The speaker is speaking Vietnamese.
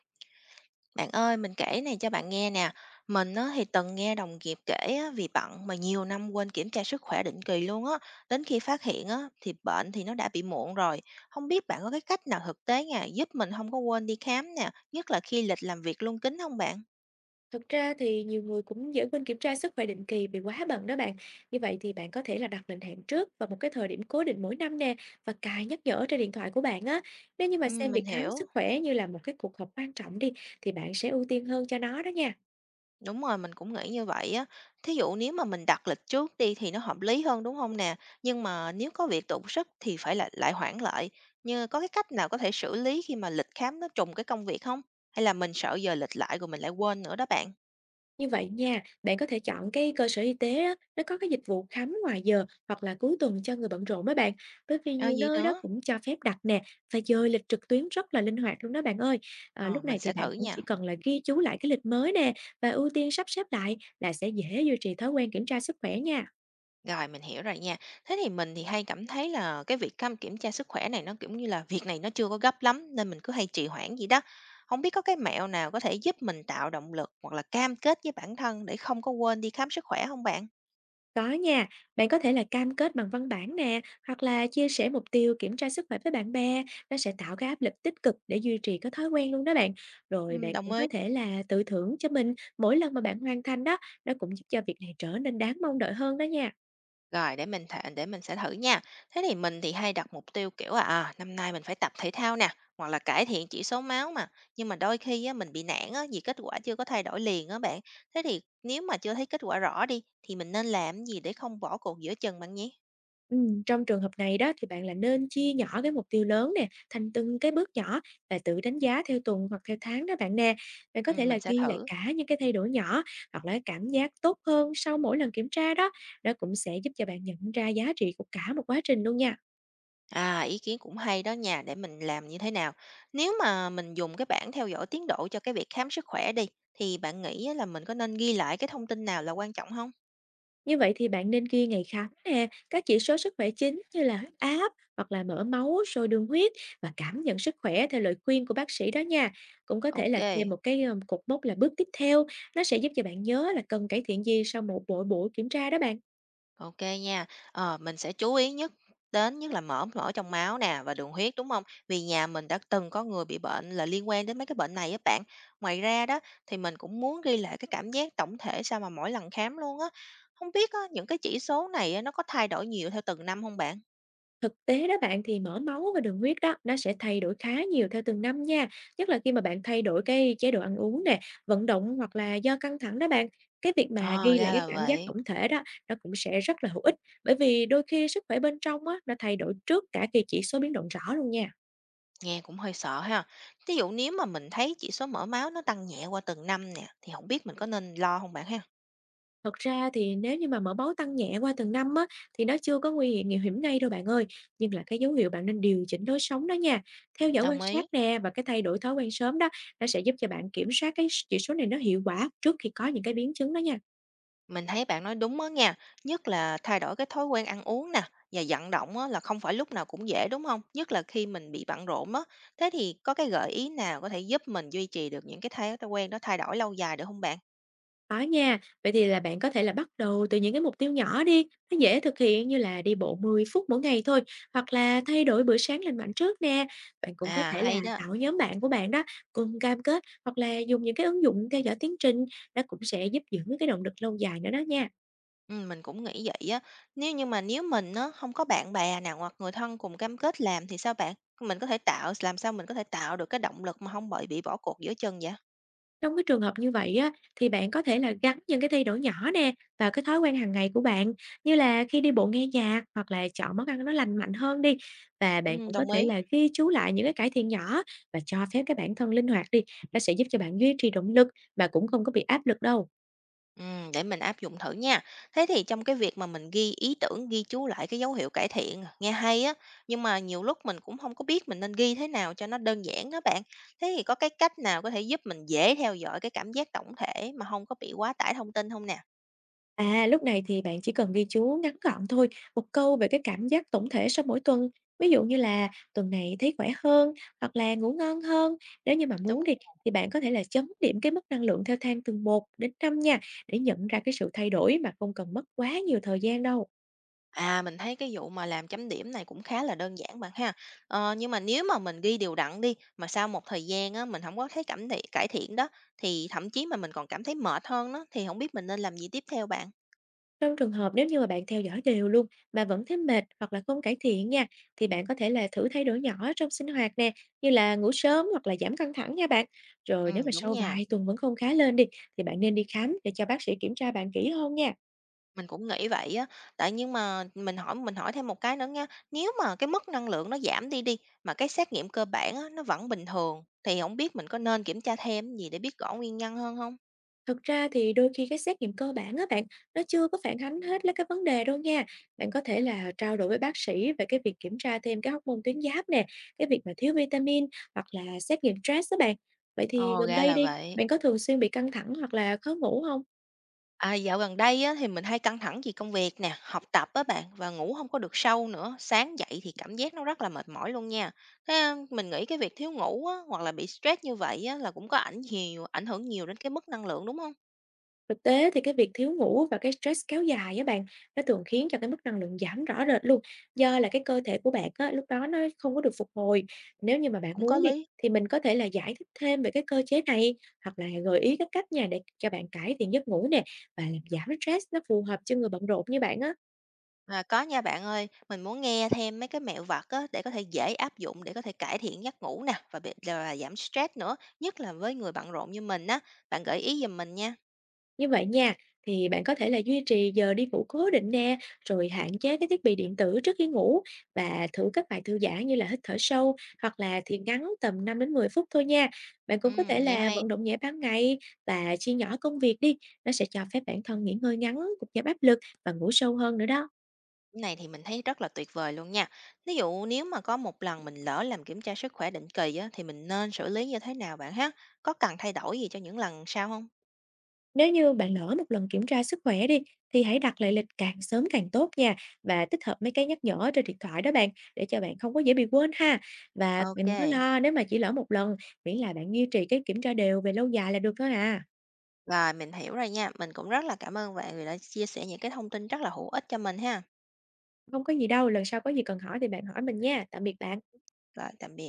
Bạn ơi, mình kể này cho bạn nghe nè. Mình á, thì từng nghe đồng nghiệp kể á, vì bận mà nhiều năm quên kiểm tra sức khỏe định kỳ luôn á. Đến khi phát hiện á, thì bệnh thì nó đã bị muộn rồi. Không biết bạn có cái cách nào thực tế nha, giúp mình không có quên đi khám nè, nhất là khi lịch làm việc luôn kín không bạn? Thực ra thì nhiều người cũng dễ quên kiểm tra sức khỏe định kỳ vì quá bận đó bạn. Như vậy thì bạn có thể là đặt lịch hẹn trước vào một cái thời điểm cố định mỗi năm nè và cài nhắc nhở trên điện thoại của bạn á. Nếu như mà Ừ, xem việc mình khám hiểu. sức khỏe như là một cái cuộc họp quan trọng đi thì bạn sẽ ưu tiên hơn cho nó đó nha. Đúng rồi, mình cũng nghĩ như vậy á. Thí dụ nếu mà mình đặt lịch trước đi thì nó hợp lý hơn, đúng không nè? Nhưng mà nếu có việc đột sức thì phải là lại hoãn lại. Như có cái cách nào có thể xử lý khi mà lịch khám nó trùng cái công việc không? Hay là mình sợ giờ lịch lại rồi mình lại quên nữa đó bạn? Như vậy nha, bạn có thể chọn cái cơ sở y tế á, nó có cái dịch vụ khám ngoài giờ hoặc là cuối tuần cho người bận rộn mấy bạn. Bởi vì Ờ, nhiều gì nơi đó nữa? cũng cho phép đặt nè và dời lịch trực tuyến rất là linh hoạt luôn đó bạn ơi. À, Ờ, lúc mình này thì sẽ bạn thử cũng nha. chỉ cần là ghi chú lại cái lịch mới nè và ưu tiên sắp xếp lại là sẽ dễ duy trì thói quen kiểm tra sức khỏe nha. Rồi, mình hiểu rồi nha. Thế thì mình thì hay cảm thấy là cái việc kiểm tra sức khỏe này nó, kiểu như là, việc này nó chưa có gấp lắm nên mình cứ hay trì hoãn gì đó. Không biết có cái mẹo nào có thể giúp mình tạo động lực hoặc là cam kết với bản thân để không có quên đi khám sức khỏe không bạn? Có nha, bạn có thể là cam kết bằng văn bản nè, hoặc là chia sẻ mục tiêu kiểm tra sức khỏe với bạn bè, nó sẽ tạo cái áp lực tích cực để duy trì cái thói quen luôn đó bạn. Rồi bạn Đồng cũng ý. có thể là tự thưởng cho mình mỗi lần mà bạn hoàn thành đó, nó cũng giúp cho việc này trở nên đáng mong đợi hơn đó nha. Rồi để mình sẽ thử nha. Thế thì mình thì hay đặt mục tiêu kiểu là năm nay mình phải tập thể thao nè, hoặc là cải thiện chỉ số máu mà. Nhưng mà đôi khi á, mình bị nản á, vì kết quả chưa có thay đổi liền á bạn. Thế thì nếu mà chưa thấy kết quả rõ đi thì mình nên làm gì để không bỏ cuộc giữa chừng bạn nhé? Trong trường hợp này đó thì bạn là nên chia nhỏ cái mục tiêu lớn nè, thành từng cái bước nhỏ và tự đánh giá theo tuần hoặc theo tháng đó bạn nè. Bạn có Ừ, thể là mình sẽ ghi lại thử. cả những cái thay đổi nhỏ hoặc là cảm giác tốt hơn sau mỗi lần kiểm tra đó. Đó cũng sẽ giúp cho bạn nhận ra giá trị của cả một quá trình luôn nha. À, ý kiến cũng hay đó nha, để mình làm như thế nào. Nếu mà mình dùng cái bảng theo dõi tiến độ cho cái việc khám sức khỏe đi thì bạn nghĩ á, là mình có nên ghi lại cái thông tin nào là quan trọng không? Như vậy thì bạn nên ghi ngày khám nè, các chỉ số sức khỏe chính như là huyết áp hoặc là mỡ máu, rồi đường huyết và cảm nhận sức khỏe theo lời khuyên của bác sĩ đó nha. Cũng có thể Ok. là thêm một cái cột mốc là bước tiếp theo, nó sẽ giúp cho bạn nhớ là cần cải thiện gì sau một mỗi buổi kiểm tra đó bạn. OK nha. Ờ, mình sẽ chú ý nhất đến nhất là mỡ mỡ trong máu nè và đường huyết, đúng không? Vì nhà mình đã từng có người bị bệnh là liên quan đến mấy cái bệnh này á bạn. Ngoài ra đó, thì mình cũng muốn ghi lại cái cảm giác tổng thể sao mà mỗi lần khám luôn á. Không biết á, những cái chỉ số này á, nó có thay đổi nhiều theo từng năm không bạn? Thực tế đó bạn thì mỡ máu và đường huyết đó nó sẽ thay đổi khá nhiều theo từng năm nha, nhất là khi mà bạn thay đổi cái chế độ ăn uống nè, vận động hoặc là do căng thẳng đó bạn. Cái việc mà Ờ, ghi lại ra cái là cảm giác vậy. tổng thể đó nó cũng sẽ rất là hữu ích, bởi vì đôi khi sức khỏe bên trong á nó thay đổi trước cả khi chỉ số biến động rõ luôn nha. Nghe cũng hơi sợ ha. Ví dụ nếu mà mình thấy chỉ số mỡ máu nó tăng nhẹ qua từng năm nè, thì không biết mình có nên lo không bạn ha? Thật ra thì nếu như mà mỡ máu tăng nhẹ qua từng năm á, thì nó chưa có nguy hiểm ngay đâu bạn ơi. Nhưng là cái dấu hiệu bạn nên điều chỉnh lối sống đó nha. Theo dõi quan Đồng sát ý. nè và cái thay đổi thói quen sớm đó, nó sẽ giúp cho bạn kiểm soát cái chỉ số này nó hiệu quả trước khi có những cái biến chứng đó nha. Mình thấy bạn nói đúng đó nha, nhất là thay đổi cái thói quen ăn uống nè và vận động á, là không phải lúc nào cũng dễ đúng không? Nhất là khi mình bị bận rộn á. Thế thì có cái gợi ý nào có thể giúp mình duy trì được những cái thói thói quen đó thay đổi lâu dài được không bạn? Có nha, vậy thì là bạn có thể là bắt đầu từ những cái mục tiêu nhỏ đi, nó dễ thực hiện như là đi bộ 10 phút mỗi ngày thôi, hoặc là thay đổi bữa sáng lành mạnh trước nè. Bạn cũng có À, thể là hay đó. tạo nhóm bạn của bạn đó, cùng cam kết hoặc là dùng những cái ứng dụng theo dõi tiến trình, nó cũng sẽ giúp giữ cái động lực lâu dài nữa đó nha. Ừ, mình cũng nghĩ vậy á. Nếu như mà nếu mình á, không có bạn bè nào hoặc người thân cùng cam kết làm thì sao bạn? Mình có thể tạo Làm sao mình có thể tạo được cái động lực mà không bị bỏ cuộc giữa chừng vậy? Trong cái trường hợp như vậy á, thì bạn có thể là gắn những cái thay đổi nhỏ nè vào cái thói quen hàng ngày của bạn, như là khi đi bộ nghe nhạc hoặc là chọn món ăn nó lành mạnh hơn đi, và bạn Ừ, cũng có đồng thể ý. là ghi chú lại những cái cải thiện nhỏ và cho phép cái bản thân linh hoạt đi, nó sẽ giúp cho bạn duy trì động lực mà cũng không có bị áp lực đâu. Để mình áp dụng thử nha. Thế thì trong cái việc mà mình ghi ý tưởng, ghi chú lại cái dấu hiệu cải thiện, nghe hay á, nhưng mà nhiều lúc mình cũng không có biết mình nên ghi thế nào cho nó đơn giản đó bạn. Thế thì có cái cách nào có thể giúp mình dễ theo dõi cái cảm giác tổng thể mà không có bị quá tải thông tin không nè? À, lúc này thì bạn chỉ cần ghi chú ngắn gọn thôi, một câu về cái cảm giác tổng thể sau mỗi tuần. Ví dụ như là tuần này thấy khỏe hơn hoặc là ngủ ngon hơn. Nếu như mà Đúng. muốn đi thì bạn có thể là chấm điểm cái mức năng lượng theo thang từ một đến 5 nha, để nhận ra cái sự thay đổi mà không cần mất quá nhiều thời gian đâu. À, mình thấy cái vụ mà làm chấm điểm này cũng khá là đơn giản bạn ha. Ờ, nhưng mà nếu mà mình ghi đều đặn đi, mà sau một thời gian á, mình không có thấy cải thiện đó, thì thậm chí mà mình còn cảm thấy mệt hơn đó, thì không biết mình nên làm gì tiếp theo bạn. Trong trường hợp nếu như mà bạn theo dõi đều luôn mà vẫn thấy mệt hoặc là không cải thiện nha, thì bạn có thể là thử thay đổi nhỏ trong sinh hoạt nè, như là ngủ sớm hoặc là giảm căng thẳng nha bạn. Rồi Ừ, nếu mà đúng sau nha. vài tuần vẫn không khá lên đi, thì bạn nên đi khám để cho bác sĩ kiểm tra bạn kỹ hơn nha. Mình cũng nghĩ vậy á, tại nhưng mà mình hỏi thêm một cái nữa nha, nếu mà cái mức năng lượng nó giảm đi đi, mà cái xét nghiệm cơ bản á, nó vẫn bình thường, thì không biết mình có nên kiểm tra thêm gì để biết rõ nguyên nhân hơn không? Thực ra thì đôi khi cái xét nghiệm cơ bản á bạn, nó chưa có phản ánh hết là cái vấn đề đâu nha. Bạn có thể là trao đổi với bác sĩ về cái việc kiểm tra thêm cái hormone tuyến giáp nè, cái việc mà thiếu vitamin hoặc là xét nghiệm stress đó bạn. Vậy thì Ồ, gần ra đây là đi, vậy. bạn có thường xuyên bị căng thẳng hoặc là khó ngủ không? À, dạo gần đây á, thì mình hay căng thẳng vì công việc nè, học tập á bạn, và ngủ không có được sâu nữa, sáng dậy thì cảm giác nó rất là mệt mỏi luôn nha. Thế, mình nghĩ cái việc thiếu ngủ á, hoặc là bị stress như vậy á, là cũng có ảnh hưởng nhiều đến cái mức năng lượng, đúng không? Thực tế thì cái việc thiếu ngủ và cái stress kéo dài á bạn, nó thường khiến cho cái mức năng lượng giảm rõ rệt luôn, do là cái cơ thể của bạn á, lúc đó nó không có được phục hồi. Nếu như mà bạn Cũng có muốn đi, lý. thì mình có thể là giải thích thêm về cái cơ chế này, hoặc là gợi ý các cách nha để cho bạn cải thiện giấc ngủ nè, và làm giảm stress nó phù hợp cho người bận rộn như bạn á. À, có nha bạn ơi, mình muốn nghe thêm mấy cái mẹo vặt á, để có thể dễ áp dụng để có thể cải thiện giấc ngủ nè và bị là giảm stress nữa, nhất là với người bận rộn như mình á. Bạn gợi ý giùm mình nha. Như vậy nha, thì bạn có thể là duy trì giờ đi ngủ cố định nè, rồi hạn chế cái thiết bị điện tử trước khi ngủ và thử các bài thư giãn như là hít thở sâu hoặc là thiền ngắn tầm 5 đến 10 phút thôi nha. Bạn Ừ, cũng có thể nghe là hay. vận động nhẹ ban ngày và chia nhỏ công việc đi, nó sẽ cho phép bản thân nghỉ ngơi ngắn, cũng giảm áp lực và ngủ sâu hơn nữa đó. Cái này thì mình thấy rất là tuyệt vời luôn nha. Ví dụ nếu mà có một lần mình lỡ làm kiểm tra sức khỏe định kỳ á, thì mình nên xử lý như thế nào bạn ha? Có cần thay đổi gì cho những lần sau không? Nếu như bạn lỡ một lần kiểm tra sức khỏe đi thì hãy đặt lại lịch càng sớm càng tốt nha, và tích hợp mấy cái nhắc nhở trên điện thoại đó bạn, để cho bạn không có dễ bị quên ha. Và bạn Ok. đừng có lo nếu mà chỉ lỡ một lần, miễn là bạn duy trì cái kiểm tra đều về lâu dài là được thôi à. Rồi mình hiểu rồi nha. Mình cũng rất là cảm ơn bạn vì đã chia sẻ những cái thông tin rất là hữu ích cho mình ha. Không có gì đâu, lần sau có gì cần hỏi thì bạn hỏi mình nha. Tạm biệt bạn. Rồi tạm biệt.